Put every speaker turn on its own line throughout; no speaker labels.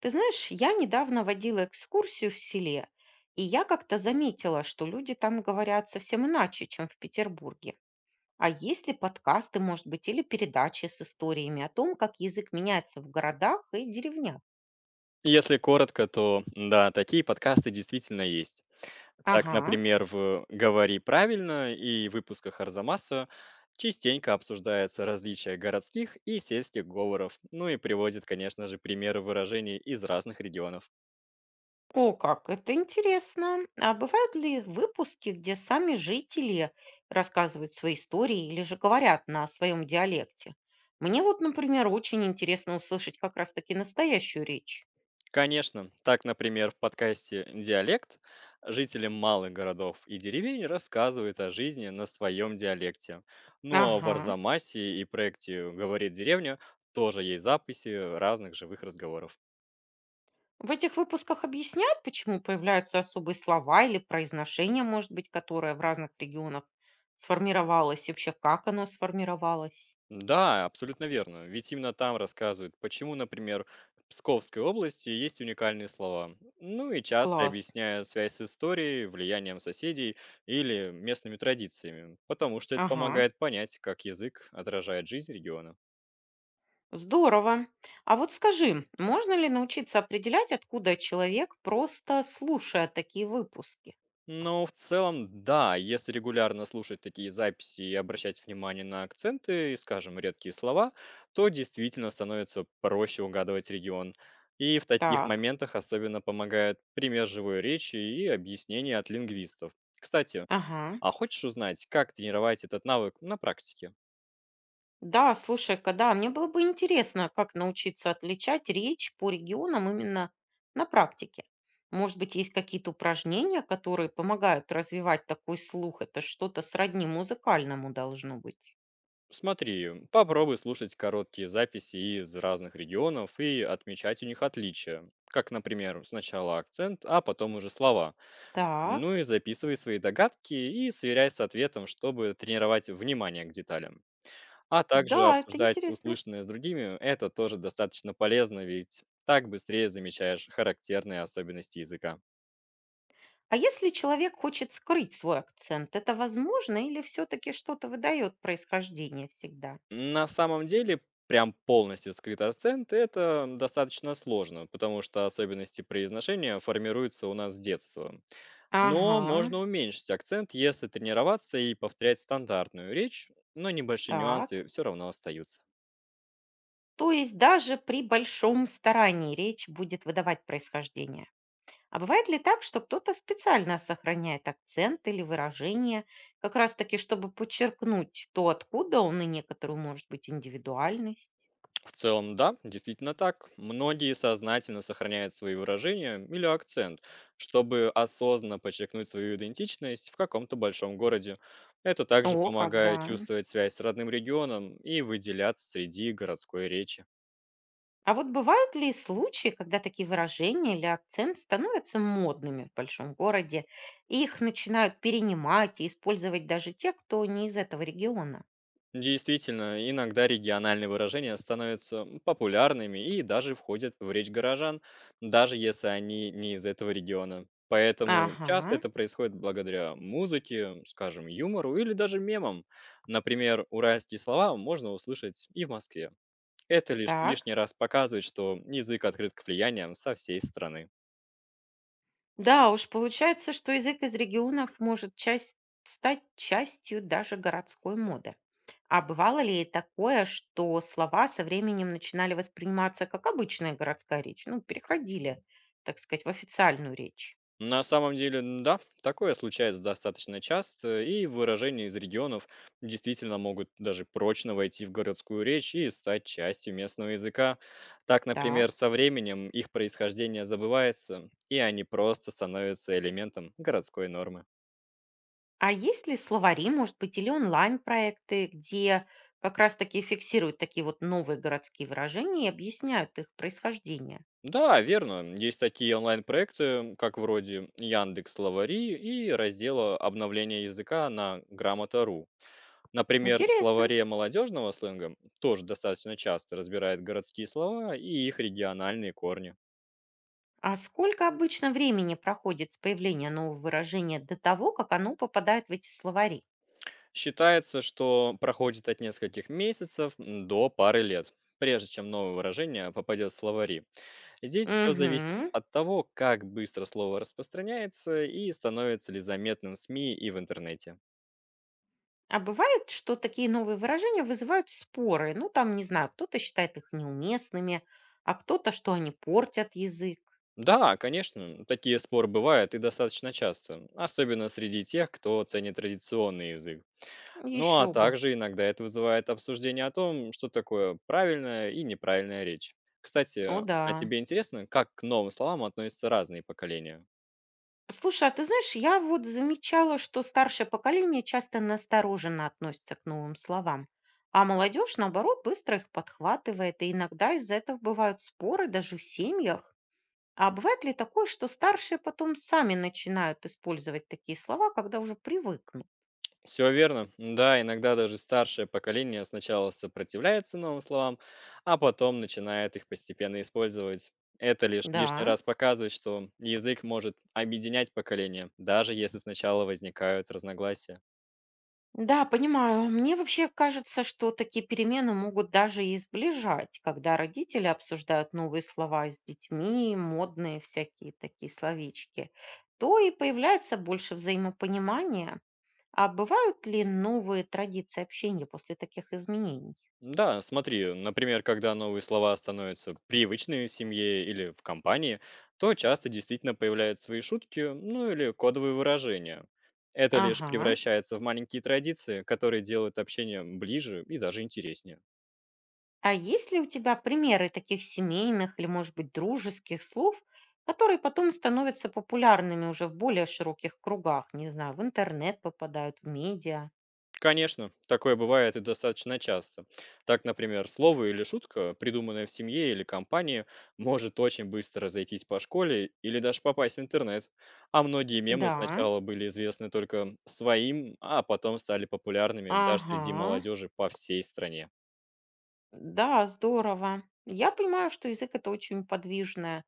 Ты знаешь, я недавно водила экскурсию в селе, и я как-то заметила, что люди там говорят совсем иначе, чем в Петербурге. А есть ли подкасты, может быть, или передачи с историями о том, как язык меняется в городах и деревнях?
Если коротко, то да, такие подкасты действительно есть. Так,
Ага.
например, в «Говори правильно» и выпусках Арзамаса частенько обсуждается различие городских и сельских говоров, ну и приводит, конечно же, примеры выражений из разных регионов.
О, как это интересно. А бывают ли выпуски, где сами жители рассказывают свои истории или же говорят на своем диалекте? Мне вот, например, очень интересно услышать как раз-таки настоящую речь.
Конечно, так, например, в подкасте «Диалект» жителям малых городов и деревень рассказывают о жизни на своем диалекте. Ну а в
Ага.
Арзамасе и проекте «Говорит деревня» тоже есть записи разных живых разговоров.
В этих выпусках объясняют, почему появляются особые слова или произношение, может быть, которое в разных регионах сформировалось, и вообще как оно сформировалось.
Да, абсолютно верно. Ведь именно там рассказывают, почему, например, в Псковской области есть уникальные слова. Ну и часто
Класс.
объясняют связь с историей, влиянием соседей или местными традициями, потому что это
Ага.
помогает понять, как язык отражает жизнь региона.
Здорово. А вот скажи, можно ли научиться определять, откуда человек, просто слушая такие выпуски?
Ну, в целом, да, если регулярно слушать такие записи и обращать внимание на акценты и, скажем, редкие слова, то действительно становится проще угадывать регион. И в таких
Так.
моментах особенно помогает пример живой речи и объяснение от лингвистов. Кстати,
Ага.
а хочешь узнать, как тренировать этот навык на практике?
Да, слушай-ка, да, мне было бы интересно, как научиться отличать речь по регионам именно на практике. Может быть, есть какие-то упражнения, которые помогают развивать такой слух? Это что-то сродни музыкальному должно быть.
Смотри, попробуй слушать короткие записи из разных регионов и отмечать у них отличия. Как, например, сначала акцент, а потом уже слова. Ну
Так,
и записывай свои догадки и сверяй с ответом, чтобы тренировать внимание к деталям. А также
да, это
обсуждать
интересно.
услышанное с другими– это тоже достаточно полезно, ведь так быстрее замечаешь характерные особенности языка.
А если человек хочет скрыть свой акцент, это возможно, или все-таки что-то выдает происхождение всегда?
На самом деле, прям полностью скрыт акцент– это достаточно сложно, потому что особенности произношения формируются у нас с детства. Но
Ага,
можно уменьшить акцент, если тренироваться и повторять стандартную речь, но небольшие нюансы
так.
все равно остаются.
То есть даже при большом старании речь будет выдавать происхождение. А бывает ли так, что кто-то специально сохраняет акцент или выражение, как раз-таки, чтобы подчеркнуть то, откуда он, и некоторую, может быть, индивидуальность?
В целом, да, действительно так. Многие сознательно сохраняют свои выражения или акцент, чтобы осознанно подчеркнуть свою идентичность в каком-то большом городе. Это также
О, когда.
помогает чувствовать связь с родным регионом и выделяться среди городской речи.
А вот бывают ли случаи, когда такие выражения или акцент становятся модными в большом городе, и их начинают перенимать и использовать даже те, кто не из этого региона?
Действительно, иногда региональные выражения становятся популярными и даже входят в речь горожан, даже если они не из этого региона. Поэтому часто
Ага,
это происходит благодаря музыке, скажем, юмору или даже мемам. Например, уральские слова можно услышать и в Москве. Это лишь
так.
лишний раз показывает, что язык открыт к влияниям со всей страны.
Да уж, получается, что язык из регионов может часть, стать частью даже городской моды. А бывало ли такое, что слова со временем начинали восприниматься как обычная городская речь? Ну, переходили, так сказать, в официальную речь.
На самом деле, да, такое случается достаточно часто, и выражения из регионов действительно могут даже прочно войти в городскую речь и стать частью местного языка. Так, например,
Так.
со временем их происхождение забывается, и они просто становятся элементом городской нормы.
А есть ли словари, может быть, или онлайн-проекты, где как раз-таки фиксируют такие вот новые городские выражения и объясняют их происхождение?
Да, верно. Есть такие онлайн-проекты, как вроде Яндекс Словари и раздела обновления языка на грамота.ру. Например, в
Интересно.
словаре молодежного сленга тоже достаточно часто разбирает городские слова и их региональные корни.
А сколько обычно времени проходит с появления нового выражения до того, как оно попадает в эти словари?
Считается, что проходит от нескольких месяцев, до пары лет, прежде чем новое выражение попадет в словари. Здесь все зависит
Мгм.
от того, как быстро слово распространяется и становится ли заметным в СМИ и в интернете.
А бывает, что такие новые выражения вызывают споры. Ну, там, не знаю, кто-то считает их неуместными, а кто-то, что они портят язык.
Да, конечно, такие споры бывают и достаточно часто, особенно среди тех, кто ценит традиционный язык. Ну, а
Еще бы.
также иногда это вызывает обсуждение о том, что такое правильная и неправильная речь. Кстати,
О,
а
да.
тебе интересно, как к новым словам относятся разные поколения?
Слушай, а ты знаешь, я вот замечала, что старшее поколение часто настороженно относится к новым словам, а молодежь, наоборот, быстро их подхватывает, и иногда из-за этого бывают споры даже в семьях. А бывает ли такое, что старшие потом сами начинают использовать такие слова, когда уже привыкнут?
Все верно. Да, иногда даже старшее поколение сначала сопротивляется новым словам, а потом начинает их постепенно использовать. Это лишь
Да,
лишний раз показывает, что язык может объединять поколения, даже если сначала возникают разногласия.
да, понимаю. Мне вообще кажется, что такие перемены могут даже и сближать: когда родители обсуждают новые слова с детьми, модные всякие такие словечки, то и появляется больше взаимопонимания. А бывают ли новые традиции общения после таких изменений?
Да, смотри, например, когда новые слова становятся привычными в семье или в компании, то часто действительно появляются свои шутки, ну или кодовые выражения. Это лишь
Ага.
превращается в маленькие традиции, которые делают общение ближе и даже интереснее.
А есть ли у тебя примеры таких семейных или, может быть, дружеских слов, которые потом становятся популярными уже в более широких кругах? Не знаю, в интернет попадают, в медиа.
Конечно, такое бывает и достаточно часто. Так, например, слово или шутка, придуманная в семье или компании, может очень быстро разойтись по школе или даже попасть в интернет. А многие мемы
Да,
сначала были известны только своим, а потом стали популярными даже среди
ага,
молодежи по всей стране.
да, здорово. Я понимаю, что язык — это очень подвижная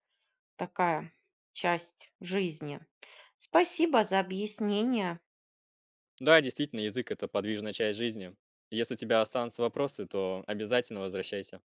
такая часть жизни. Спасибо за объяснение.
Да, действительно, язык– это подвижная часть жизни. Если у тебя останутся вопросы, то обязательно возвращайся.